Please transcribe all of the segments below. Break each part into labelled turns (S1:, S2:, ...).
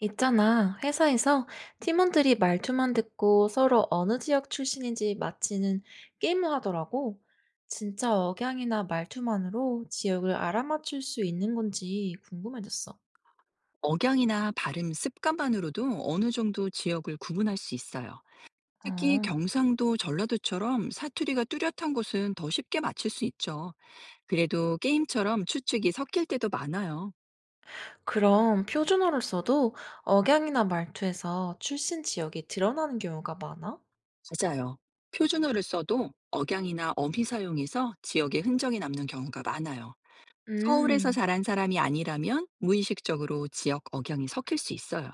S1: 있잖아, 회사에서 팀원들이 말투만 듣고 서로 어느 지역 출신인지 맞히는 게임을 하더라고. 진짜 억양이나 말투만으로 지역을 알아맞힐 수 있는 건지 궁금해졌어.
S2: 억양이나 발음 습관만으로도 어느 정도 지역을 구분할 수 있어요. 특히
S1: 어,
S2: 경상도, 전라도처럼 사투리가 뚜렷한 곳은 더 쉽게 맞출 수 있죠. 그래도 게임처럼 추측이 섞일 때도 많아요.
S1: 그럼 표준어를 써도 억양이나 말투에서 출신 지역이 드러나는 경우가 많아?
S2: 맞아요. 표준어를 써도 억양이나 어미 사용에서 지역의 흔적이 남는 경우가 많아요. 서울에서
S1: 음,
S2: 자란 사람이 아니라면 무의식적으로 지역 억양이 섞일 수 있어요.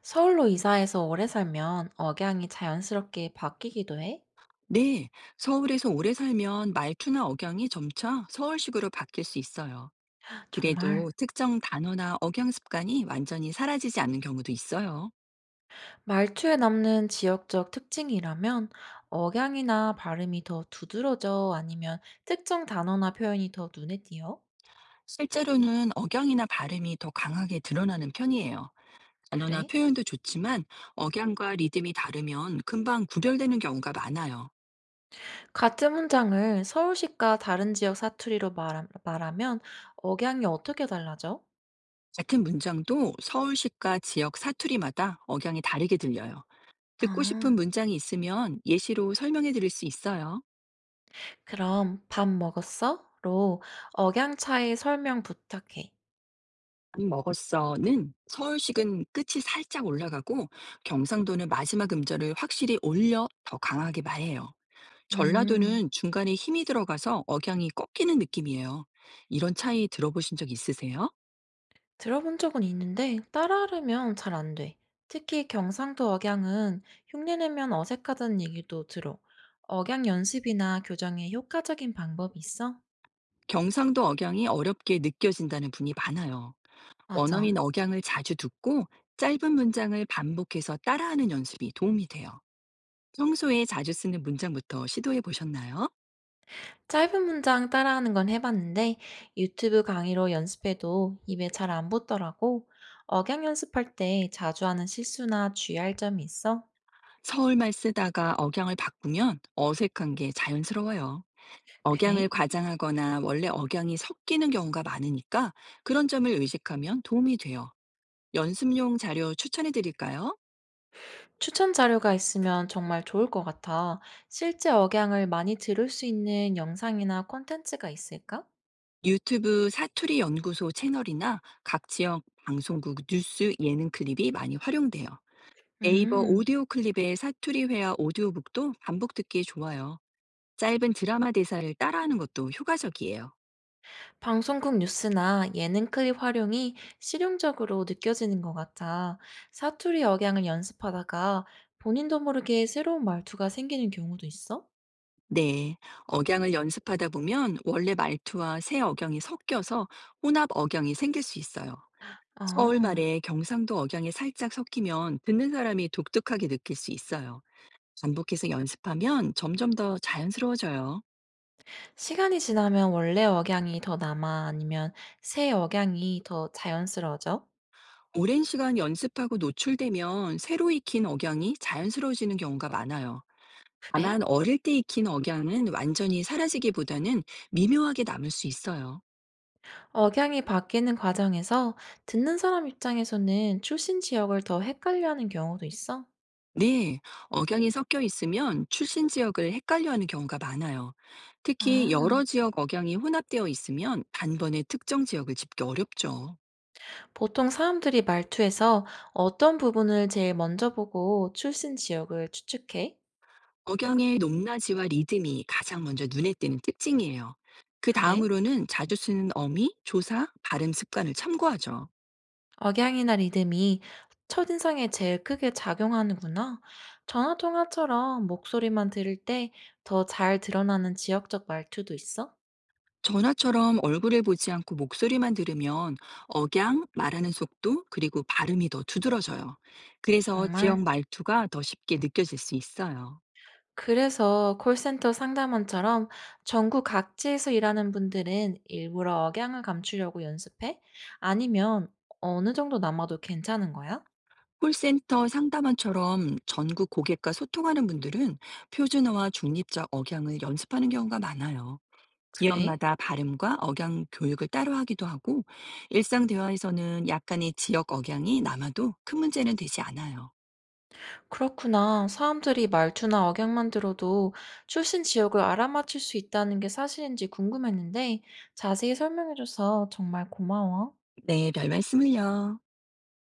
S1: 서울로 이사해서 오래 살면 억양이 자연스럽게 바뀌기도 해?
S2: 네, 서울에서 오래 살면 말투나 억양이 점차 서울식으로 바뀔 수 있어요.
S1: 정말.
S2: 그래도 특정 단어나 억양 습관이 완전히 사라지지 않는 경우도 있어요.
S1: 말투에 남는 지역적 특징이라면 억양이나 발음이 더 두드러져 아니면 특정 단어나 표현이 더 눈에 띄어?
S2: 실제로는 억양이나 발음이 더 강하게 드러나는 편이에요. 단어나
S1: 그래?
S2: 표현도 좋지만 억양과 리듬이 다르면 금방 구별되는 경우가 많아요.
S1: 같은 문장을 서울시과 다른 지역 사투리로 말하면 억양이 어떻게 달라져?
S2: 같은 문장도 서울시과 지역 사투리마다 억양이 다르게 들려요. 듣고 싶은
S1: 아,
S2: 문장이 있으면 예시로 설명해 드릴 수 있어요.
S1: 그럼 밥 먹었어? 로 억양 차이 설명 부탁해.
S2: 밥 먹었어는 서울식은 끝이 살짝 올라가고 경상도는 마지막 음절을 확실히 올려 더 강하게 말해요.
S1: 음.
S2: 전라도는 중간에 힘이 들어가서 억양이 꺾이는 느낌이에요. 이런 차이 들어보신 적 있으세요?
S1: 들어본 적은 있는데 따라하려면 잘 안 돼. 특히 경상도 억양은 흉내 내면 어색하다는 얘기도 들어. 억양 연습이나 교정에 효과적인 방법이 있어?
S2: 경상도 억양이 어렵게 느껴진다는 분이 많아요.
S1: 맞아.
S2: 원어민 억양을 자주 듣고 짧은 문장을 반복해서 따라하는 연습이 도움이 돼요. 평소에 자주 쓰는 문장부터 시도해 보셨나요?
S1: 짧은 문장 따라하는 건 해봤는데 유튜브 강의로 연습해도 입에 잘 안 붙더라고. 억양 연습할 때 자주 하는 실수나 주의할 점이 있어?
S2: 서울말 쓰다가 억양을 바꾸면 어색한 게 자연스러워요. 억양을
S1: 그래?
S2: 과장하거나 원래 억양이 섞이는 경우가 많으니까 그런 점을 의식하면 도움이 돼요. 연습용 자료 추천해 드릴까요?
S1: 추천 자료가 있으면 정말 좋을 것 같아. 실제 억양을 많이 들을 수 있는 영상이나 콘텐츠가 있을까?
S2: 유튜브 사투리 연구소 채널이나 각 지역 방송국 뉴스 예능 클립이 많이 활용돼요. 네이버
S1: 음,
S2: 오디오 클립의 사투리 회화 오디오북도 반복 듣기 좋아요. 짧은 드라마 대사를 따라하는 것도 효과적이에요.
S1: 방송국 뉴스나 예능 클립 활용이 실용적으로 느껴지는 것 같아. 사투리 억양을 연습하다가 본인도 모르게 새로운 말투가 생기는 경우도 있어?
S2: 네, 억양을 연습하다 보면 원래 말투와 새 억양이 섞여서 혼합 억양이 생길 수 있어요.
S1: 아,
S2: 서울말에 경상도 억양이 살짝 섞이면 듣는 사람이 독특하게 느낄 수 있어요. 반복해서 연습하면 점점 더 자연스러워져요.
S1: 시간이 지나면 원래 억양이 더 남아 아니면 새 억양이 더 자연스러워져?
S2: 오랜 시간 연습하고 노출되면 새로 익힌 억양이 자연스러워지는 경우가 많아요.
S1: 그래?
S2: 다만 어릴 때 익힌 억양은 완전히 사라지기보다는 미묘하게 남을 수 있어요.
S1: 억양이 바뀌는 과정에서 듣는 사람 입장에서는 출신 지역을 더 헷갈려 하는 경우도 있어?
S2: 네, 억양이 섞여 있으면 출신 지역을 헷갈려하는 경우가 많아요. 특히
S1: 아.
S2: 여러 지역 억양이 혼합되어 있으면 단번에 특정 지역을 짚기 어렵죠.
S1: 보통 사람들이 말투에서 어떤 부분을 제일 먼저 보고 출신 지역을 추측해?
S2: 억양의 높낮이와 리듬이 가장 먼저 눈에 띄는 특징이에요. 그
S1: 그래?
S2: 다음으로는 자주 쓰는 어미, 조사, 발음 습관을 참고하죠.
S1: 억양이나 리듬이 첫인상에 제일 크게 작용하는구나. 전화 통화처럼 목소리만 들을 때 더 잘 드러나는 지역적 말투도 있어?
S2: 전화처럼 얼굴을 보지 않고 목소리만 들으면 억양, 말하는 속도, 그리고 발음이 더 두드러져요. 그래서
S1: 정말?
S2: 지역 말투가 더 쉽게 느껴질 수 있어요.
S1: 그래서 콜센터 상담원처럼 전국 각지에서 일하는 분들은 일부러 억양을 감추려고 연습해? 아니면 어느 정도 남아도 괜찮은 거야?
S2: 콜센터 상담원처럼 전국 고객과 소통하는 분들은 표준어와 중립적 억양을 연습하는 경우가 많아요.
S1: 그래?
S2: 기업마다 발음과 억양 교육을 따로 하기도 하고, 일상 대화에서는 약간의 지역 억양이 남아도 큰 문제는 되지 않아요.
S1: 그렇구나. 사람들이 말투나 억양만 들어도 출신 지역을 알아맞힐 수 있다는 게 사실인지 궁금했는데 자세히 설명해줘서 정말 고마워.
S2: 네, 별 말씀을요.